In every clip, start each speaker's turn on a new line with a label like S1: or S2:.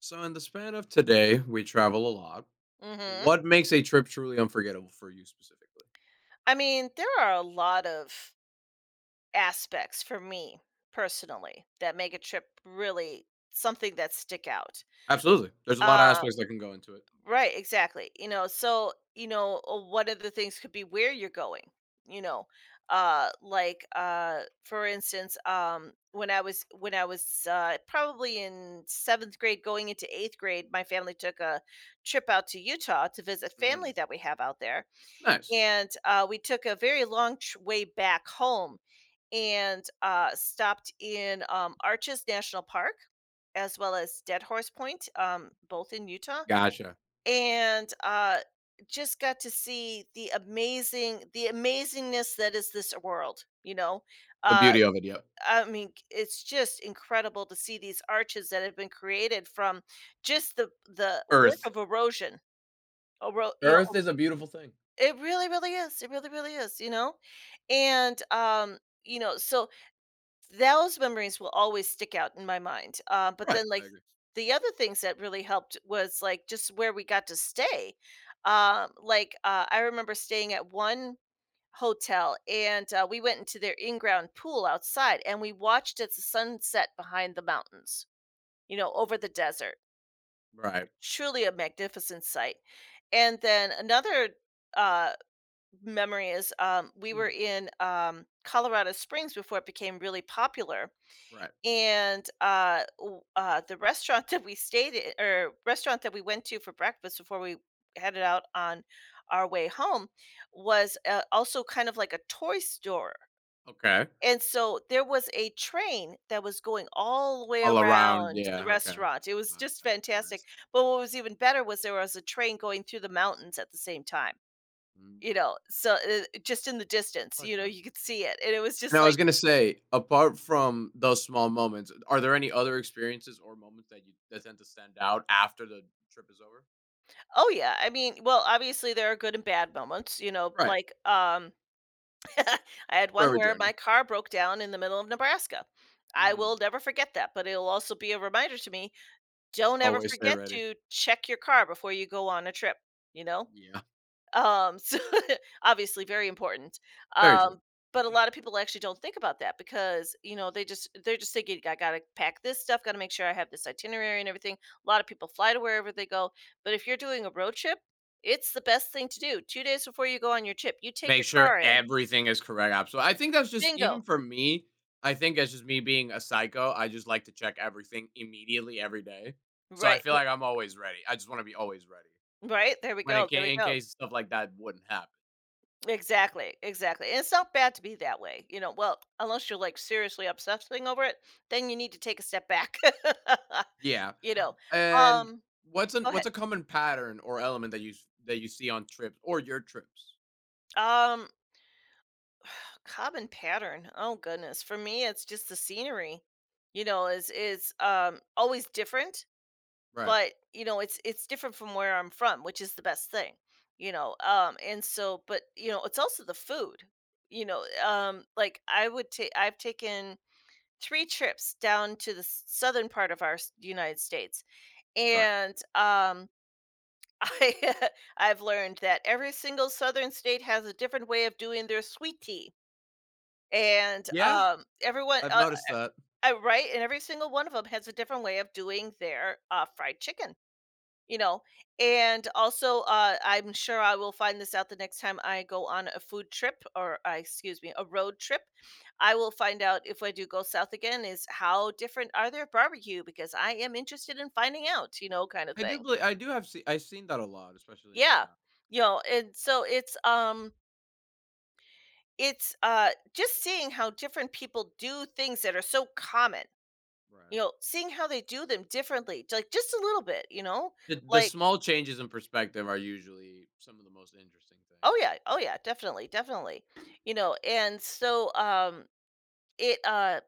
S1: So, in the span of today, we travel a lot.
S2: Mhm.
S1: What makes a trip truly unforgettable for you specifically?
S2: I mean, there are a lot of aspects for me personally that make a trip really something that stick out.
S1: Absolutely. There's a lot of
S2: Uh,
S1: aspects that can go into it.
S2: right, exactly. So one of the things could be where you're going. You know, like, for instance, when I was probably in seventh grade, going into eighth grade, my family took a trip out to Utah to visit family
S1: Mhm.
S2: that we have out there
S1: Nice.
S2: and we took a very long way back home and stopped in Arches National Park as well as Dead Horse Point, both in Utah,
S1: Gotcha.
S2: and just got to see the amazingness that is this world.
S1: The
S2: Uh,
S1: beauty of it. Yep.
S2: I mean, it's just incredible to see these arches that have been created from just the work
S1: Earth.
S2: of erosion. Ero- you
S1: Earth
S2: know
S1: is a beautiful thing.
S2: it really, really is. It really, really is, you know? And so those memories will always stick out in my mind. But
S1: Right,
S2: then,
S1: I
S2: like,
S1: agree.
S2: the other things that really helped was, like, just where we got to stay. Like, I remember staying at one hotel and we went into their in ground pool outside and we watched as the sun set behind the mountains, over the desert.
S1: Right.
S2: Truly a magnificent sight. And then another. Uh, Memory is, we were
S1: Mhm.
S2: in, Colorado Springs before it became really popular,
S1: Right.
S2: and, w the restaurant that we stayed at or restaurant that we went to for breakfast before we headed out on our way home was, also kind of like a toy store,
S1: Okay.
S2: and so there was a train that was going all the way
S1: All around.
S2: around the
S1: Yeah. Okay.
S2: restaurant. It was just
S1: Gotcha.
S2: fantastic,
S1: Nice.
S2: but what was even better was there was a train going through the mountains at the same time.
S1: Mm.
S2: So, just in the distance,
S1: Like that.
S2: you could see it, and it was
S1: And
S2: just
S1: I was
S2: like,
S1: gonna say, apart from those small moments, are there any other experiences or moments that tend to stand out after the trip is over?
S2: "Oh, yeah." I mean, well, obviously, there are good and bad moments,
S1: Right.
S2: like, I had
S1: For
S2: one
S1: every
S2: where my
S1: journey.
S2: car broke down in the middle of Nebraska. I will
S1: Mm,
S2: never forget that, but it'll also be a reminder to me, don't ever
S1: always stay
S2: forget
S1: ready.
S2: to check your car before you go on a trip, you know?
S1: Yeah,
S2: So obviously very important.
S1: very true.
S2: Um, but a lot of people actually don't think about that because, they're just thinking, I gotta pack this stuff, gotta make sure I have this itinerary and everything. A lot of people fly to wherever they go. But if you're doing a road trip, it's the best thing to do. 2 days before you go on your trip, you take
S1: Make
S2: your
S1: sure
S2: car in.
S1: everything is correct up. So I think that's just even
S2: Bingo.
S1: for me, I think that's just me being a psycho. I just like to check everything immediately every day. So I
S2: Right.
S1: feel like I'm always ready. I just want to be always ready
S2: Right. There we
S1: when
S2: go. There we
S1: in
S2: go.
S1: case stuff like that wouldn't happen.
S2: Exactly, exactly. And it's not bad to be that way, you know. Well, unless you're like seriously obsessing over it, then you need to take a step back.
S1: Yeah.
S2: You know?
S1: And
S2: Um
S1: what's an
S2: Go ahead.
S1: what's a common pattern or element that you see on trips or your trips?
S2: Um, Common pattern. Oh goodness. For me, it's just the scenery. Is always different,
S1: Right.
S2: but it's different from where I'm from, which is the best thing. And so, but it's also the food. Like I've taken three trips down to the southern part of our United States,
S1: Right.
S2: and I I've learned that every single southern state has a different way of doing their sweet tea. And
S1: Yeah,
S2: everyone,
S1: I've noticed that.
S2: right? And every single one of them has a different way of doing their fried chicken, you know. And also, I'm sure I will find this out the next time I go on a food trip or, excuse me, a road trip. I will find out if I do go south again is how different are their barbecue because I am interested in finding out, kind of
S1: I do
S2: thing.
S1: believe I've seen that a lot, especially in the
S2: Yeah.
S1: South.
S2: And so it's just seeing how different people do things that are so common,
S1: Right.
S2: seeing how they do them differently, j like, just a little bit, you know?
S1: The
S2: Like,
S1: small changes in perspective are usually some of the most interesting
S2: oh,
S1: things.
S2: yeah. Oh, yeah. Definitely, definitely. And so, it, uh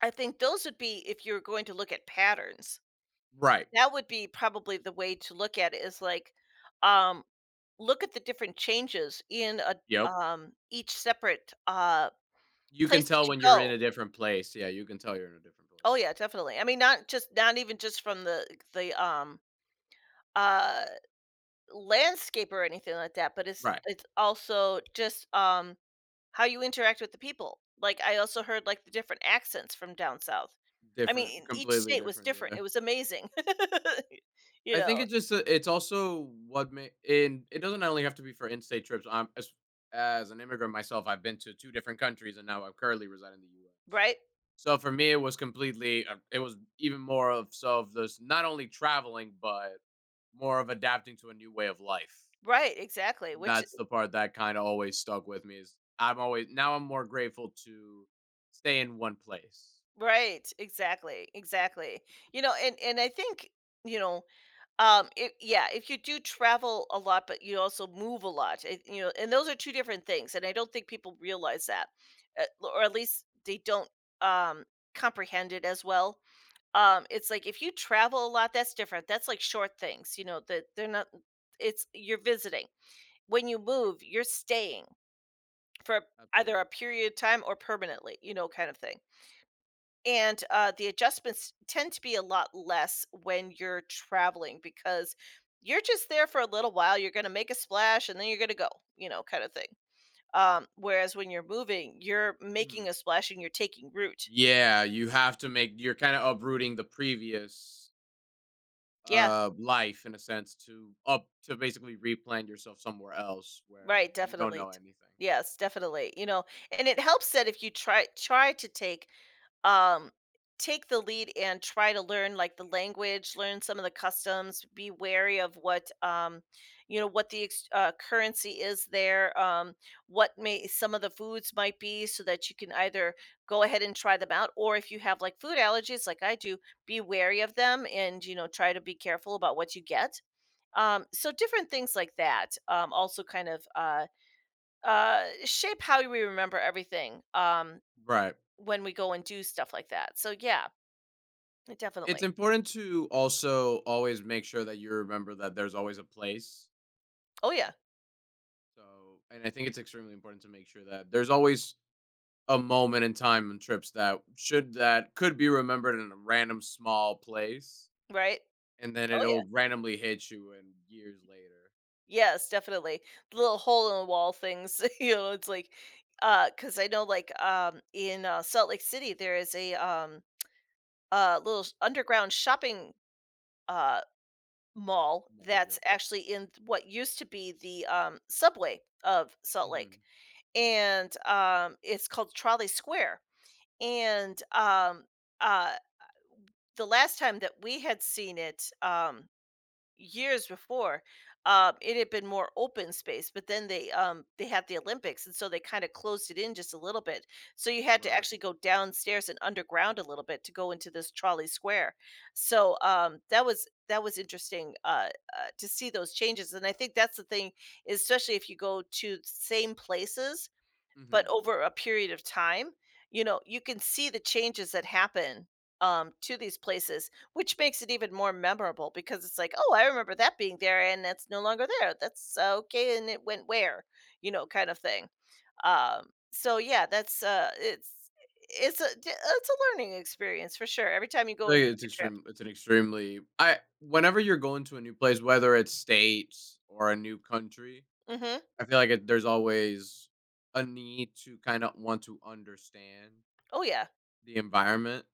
S2: I think those would be if you're going to look at patterns.
S1: Right.
S2: That would be probably the way to look at it is, like, um, look at the different changes in a
S1: Yep.
S2: each separate,
S1: You can
S2: place
S1: tell
S2: that you
S1: when you're in
S2: go.
S1: a different place. Yeah, you can tell you're in a different
S2: Oh
S1: place.
S2: yeah, definitely. I mean, not even just from the uh landscape or anything like that, but it's
S1: Right.
S2: it's also just how you interact with the people. Like I also heard like the different accents from down south. I
S1: Different,
S2: mean, each
S1: completely
S2: state was
S1: different.
S2: different.
S1: Yeah.
S2: It was amazing. you
S1: I think
S2: know,
S1: it just it's also what ma- in it doesn't only have to be for in-state trips. I'm As an immigrant myself, I've been to two different countries, and now I currently reside in the U.S.
S2: right?
S1: So for me, it was completely. It was even more of so of this not only traveling, but more of adapting to a new way of life.
S2: Right, exactly.
S1: And
S2: Which
S1: that's the part that kind of always stuck with me. Is I'm always, now I'm more grateful to stay in one place.
S2: Right, exactly. Exactly. And I think, you know, yeah, if you do travel a lot, but you also move a lot, and those are two different things, and I don't think people realize that, or at least they don't um, comprehend it as well. It's like if you travel a lot, that's different. That's like short things, that they're not. It's you're visiting. When you move, you're staying for either
S1: Absolutely.
S2: a period of time or permanently, kind of thing. And, the adjustments tend to be a lot less when you're traveling because you're just there for a little while, you're gonna make a splash, and then you're gonna go, kind of thing. Whereas when you're moving, you're
S1: Hmm.
S2: making a splash and you're taking root.
S1: Yeah, you have to make. You're kind of uprooting the previous
S2: Yeah,
S1: life in a sense to up to basically replant yourself somewhere else where
S2: right,
S1: you don't
S2: definitely.
S1: know
S2: T
S1: anything.
S2: Yes, definitely, and it helps that if you try to take, um take the lead and try to learn, like, the language, learn some of the customs, be wary of what, what the ex currency is there, what may some of the foods might be so that you can either go ahead and try them out, or if you have, like, food allergies like I do, be wary of them and, try to be careful about what you get. So different things like that also kind of shape how we remember everything
S1: Right.
S2: when we go and do stuff like that. So yeah,
S1: It's
S2: definitely.
S1: important to also always make sure that you remember that there's always a place.
S2: Oh yeah,
S1: So, and I think it's extremely important to make sure that there's always a moment in time and trips that could be remembered in a random small place,
S2: right.
S1: and then
S2: Oh
S1: it'll
S2: yeah,
S1: randomly hit you in years later.
S2: yes, definitely. The little hole in the wall things. It's like because I know like in Salt Lake City there is a little underground shopping uh, mall
S1: No, yep.
S2: that's actually in what used to be the subway of Salt Lake
S1: Hmm.
S2: and, it's called Trolley Square, and, uh, the last time that we had seen it, years before, it had been more open space, but then they had the Olympics, and so they kinda closed it in just a little bit, so you had to
S1: Right.
S2: actually go downstairs and underground a little bit to go into this Trolley Square, so, that was interesting, to see those changes, and I think that's the thing, especially if you go to same places but
S1: Hmm.
S2: over a period of time, you can see the changes that happen, to these places, which makes it even more memorable because it's like, "Oh, I remember that being there, and that's no longer there. That's okay, and it went where?" Kind of thing. So yeah, that's, it's a learning experience for sure every time you go
S1: Like
S2: and
S1: it's
S2: take a trip.
S1: extreme. It's an extremely. I Whenever you're going to a new place, whether it's states or a new country,
S2: Mhm.
S1: I feel like there's always a need to kind of want to understand
S2: Oh, yeah.
S1: the environment,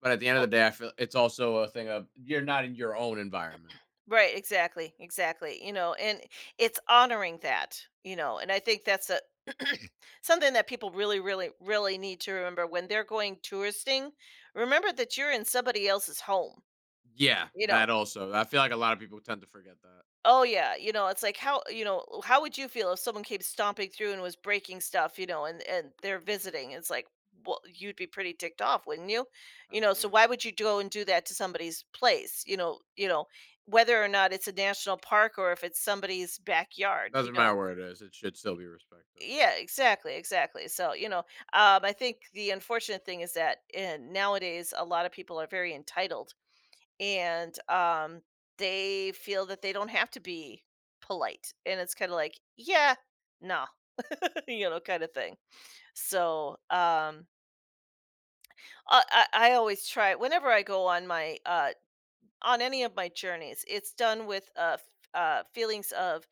S1: but at the end of the
S2: Oh,
S1: day, I feel it's also a thing of you're not in your own environment.
S2: right, exactly, exactly. And it's honoring that, and I think that's a something that people really, really, really need to remember when they're going touristing. Remember that you're in somebody else's home.
S1: Yeah,
S2: You know,
S1: that also. I feel like a lot of people tend to forget that.
S2: Oh, yeah, it's like how how would you feel if someone came stomping through and was breaking stuff, and they're visiting? It's like, well, you'd be pretty ticked off, wouldn't you? So
S1: Absolutely,
S2: why would you go and do that to somebody's place? Whether or not it's a national park or if it's somebody's backyard, you
S1: doesn't
S2: know.
S1: matter where it is, it should still be respected.
S2: Yeah, exactly, exactly. I think the unfortunate thing is that nowadays a lot of people are very entitled and they feel that they don't have to be polite, and it's kind of like yeah, no, kind of thing. so um I always try whenever I go on my on any of my journeys, it's done with feelings of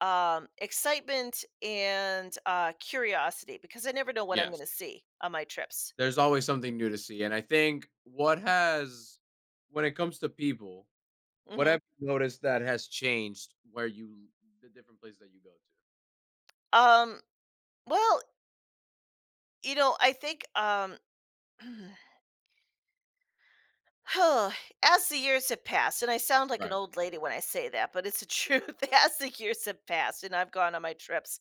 S2: excitement and curiosity, because I never know what I'm going
S1: Yes,
S2: to see on my trips.
S1: there's always something new to see, and I think when it comes to people, what
S2: hmm
S1: have you noticed that has changed where you the different places that you go to?
S2: um well I think Oh, As the years have passed, and I sound like an
S1: Right.
S2: old lady when I say that, but it's the truth. As the years have passed and I've gone on my trips,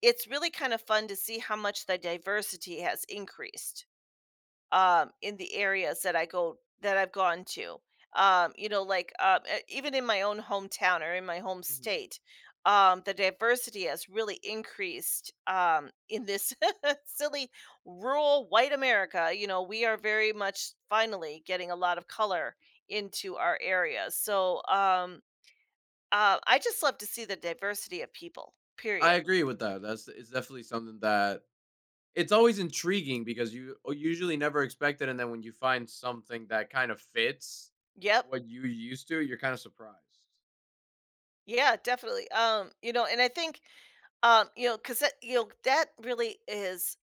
S2: it's really kind of fun to see how much the diversity has increased in the areas that I go that I've gone to. Like even in my own hometown or in my home
S1: Hmm.
S2: state, the diversity has really increased in this silly rural white America. You know, we are very much finally getting a lot of color into our areas. I just love to see the diversity of people.
S1: I
S2: Period.
S1: agree with that. That's, it's definitely something that it's always intriguing because usually never expect it, and then when you find something that kind of fits
S2: Yep.
S1: what you used to, you're kind of surprised.
S2: Yeah, definitely. You know, and I think you know, 'cause that you know, that really is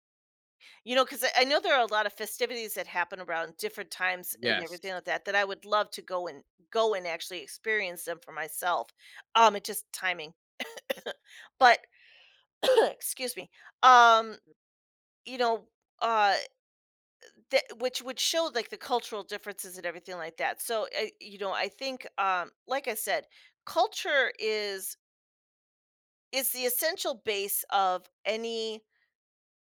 S2: you know, 'cause I know there are a lot of festivities that happen around different times and
S1: Yes,
S2: everything like that, that I would love to go and actually experience them for myself. It's just timing. But excuse me. Um, you know, uh, that which would show, like, the cultural differences and everything like that. So I think, like I said, culture is the essential base of any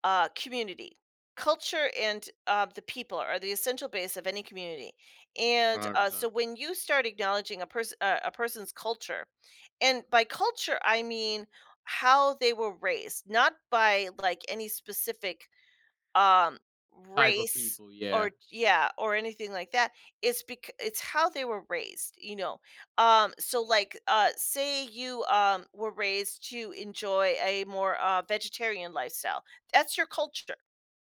S2: community. Culture and the people are the essential base of any community,
S1: one
S2: and
S1: hundred
S2: so
S1: percent
S2: when you start acknowledging a person's culture, and by culture I mean how they were raised, not by like any specific um
S1: type of
S2: race,
S1: people. Yeah,
S2: or yeah, or anything like that. It's because it's how they were raised, you know. Like say you were raised to enjoy a more vegetarian lifestyle, that's your culture,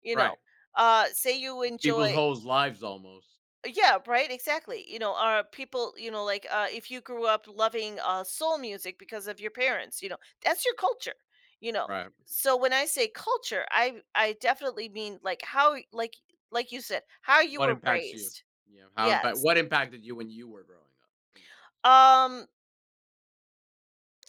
S2: you know.
S1: right.
S2: Say you
S1: It's people's
S2: enjoy,
S1: whole lives almost.
S2: yeah, right, exactly. You know, are people, you know, like if you grew up loving soul music because of your parents, you know, that's your culture, you know.
S1: Right.
S2: So when I say culture, I definitely mean like how like you said, how you
S1: What
S2: were
S1: impacts you?
S2: raised.
S1: Yeah. How impact?
S2: Yes.
S1: What impacted you when you were growing up? In a sense.
S2: Um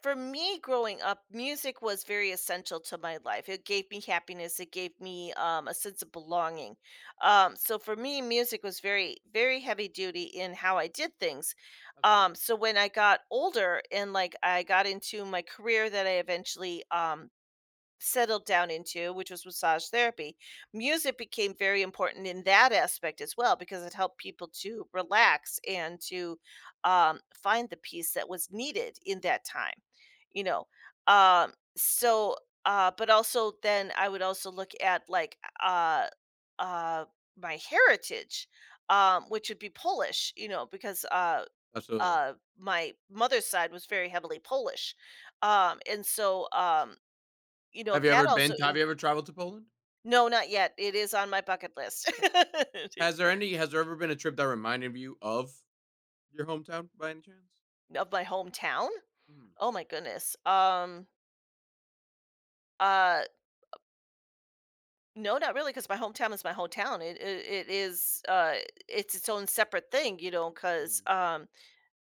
S2: For me growing up, music was very essential to my life. It gave me happiness, it gave me, a sense of belonging. So for me, music was very, very heavy duty in how I did things.
S1: Absolutely.
S2: So when I got older and, like, I got into my career that I eventually, settled down into, which was massage therapy. Music became very important in that aspect as well, because it helped people to relax and to find the peace that was needed in that time, you know. Um, so, but also then I would also look at like uh, my heritage, which would be Polish, you know, because
S1: Absolutely.
S2: my mother's side was very heavily Polish, and so you know,
S1: Have you
S2: that
S1: ever
S2: also
S1: been? Have you
S2: in.
S1: ever traveled to Poland?
S2: No, not yet. It is on my bucket list.
S1: Has there any? Has there ever been a trip that reminded you of your hometown by any chance?
S2: Of my hometown?
S1: Mhm,
S2: Oh my goodness. Uh, no, not really, because my hometown is my hometown. It is, it's its own separate thing, you know, 'cause,
S1: mhm.
S2: um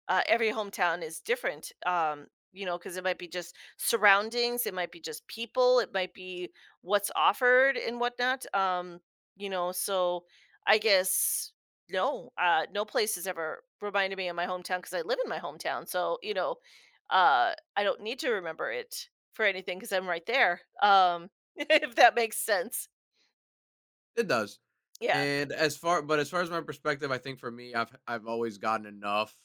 S2: uh, every hometown is different. You know, because it might be just surroundings, it might be just people, it might be what's offered and whatnot. You know, so I guess no, no place has ever reminded me of my hometown because I live in my hometown. So you know, I don't need to remember it for anything because I'm right there. If that makes sense,
S1: It does,
S2: yeah.
S1: and as far as my perspective, I think for me, I've always gotten enough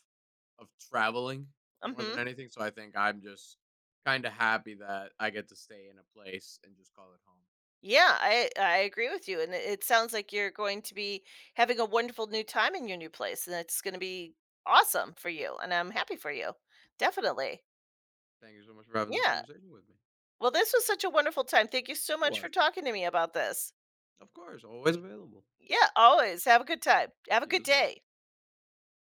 S1: of traveling more
S2: Hmm.
S1: than anything, so I think I'm just kinda happy that I get to stay in a place and just call it home,
S2: Yeah,
S1: basically.
S2: I agree with you, and it sounds like you're going to be having a wonderful new time in your new place, and it's going to be awesome for you, and I'm happy for you. Definitely.
S1: Thank you so much for having this
S2: Yeah.
S1: conversation with me.
S2: Well, this was such a wonderful time. Thank you so
S1: It
S2: much for
S1: was.
S2: talking to me about this.
S1: Of course, always available.
S2: Yeah, always. Have a good time. Have a
S1: You
S2: good
S1: as well.
S2: day.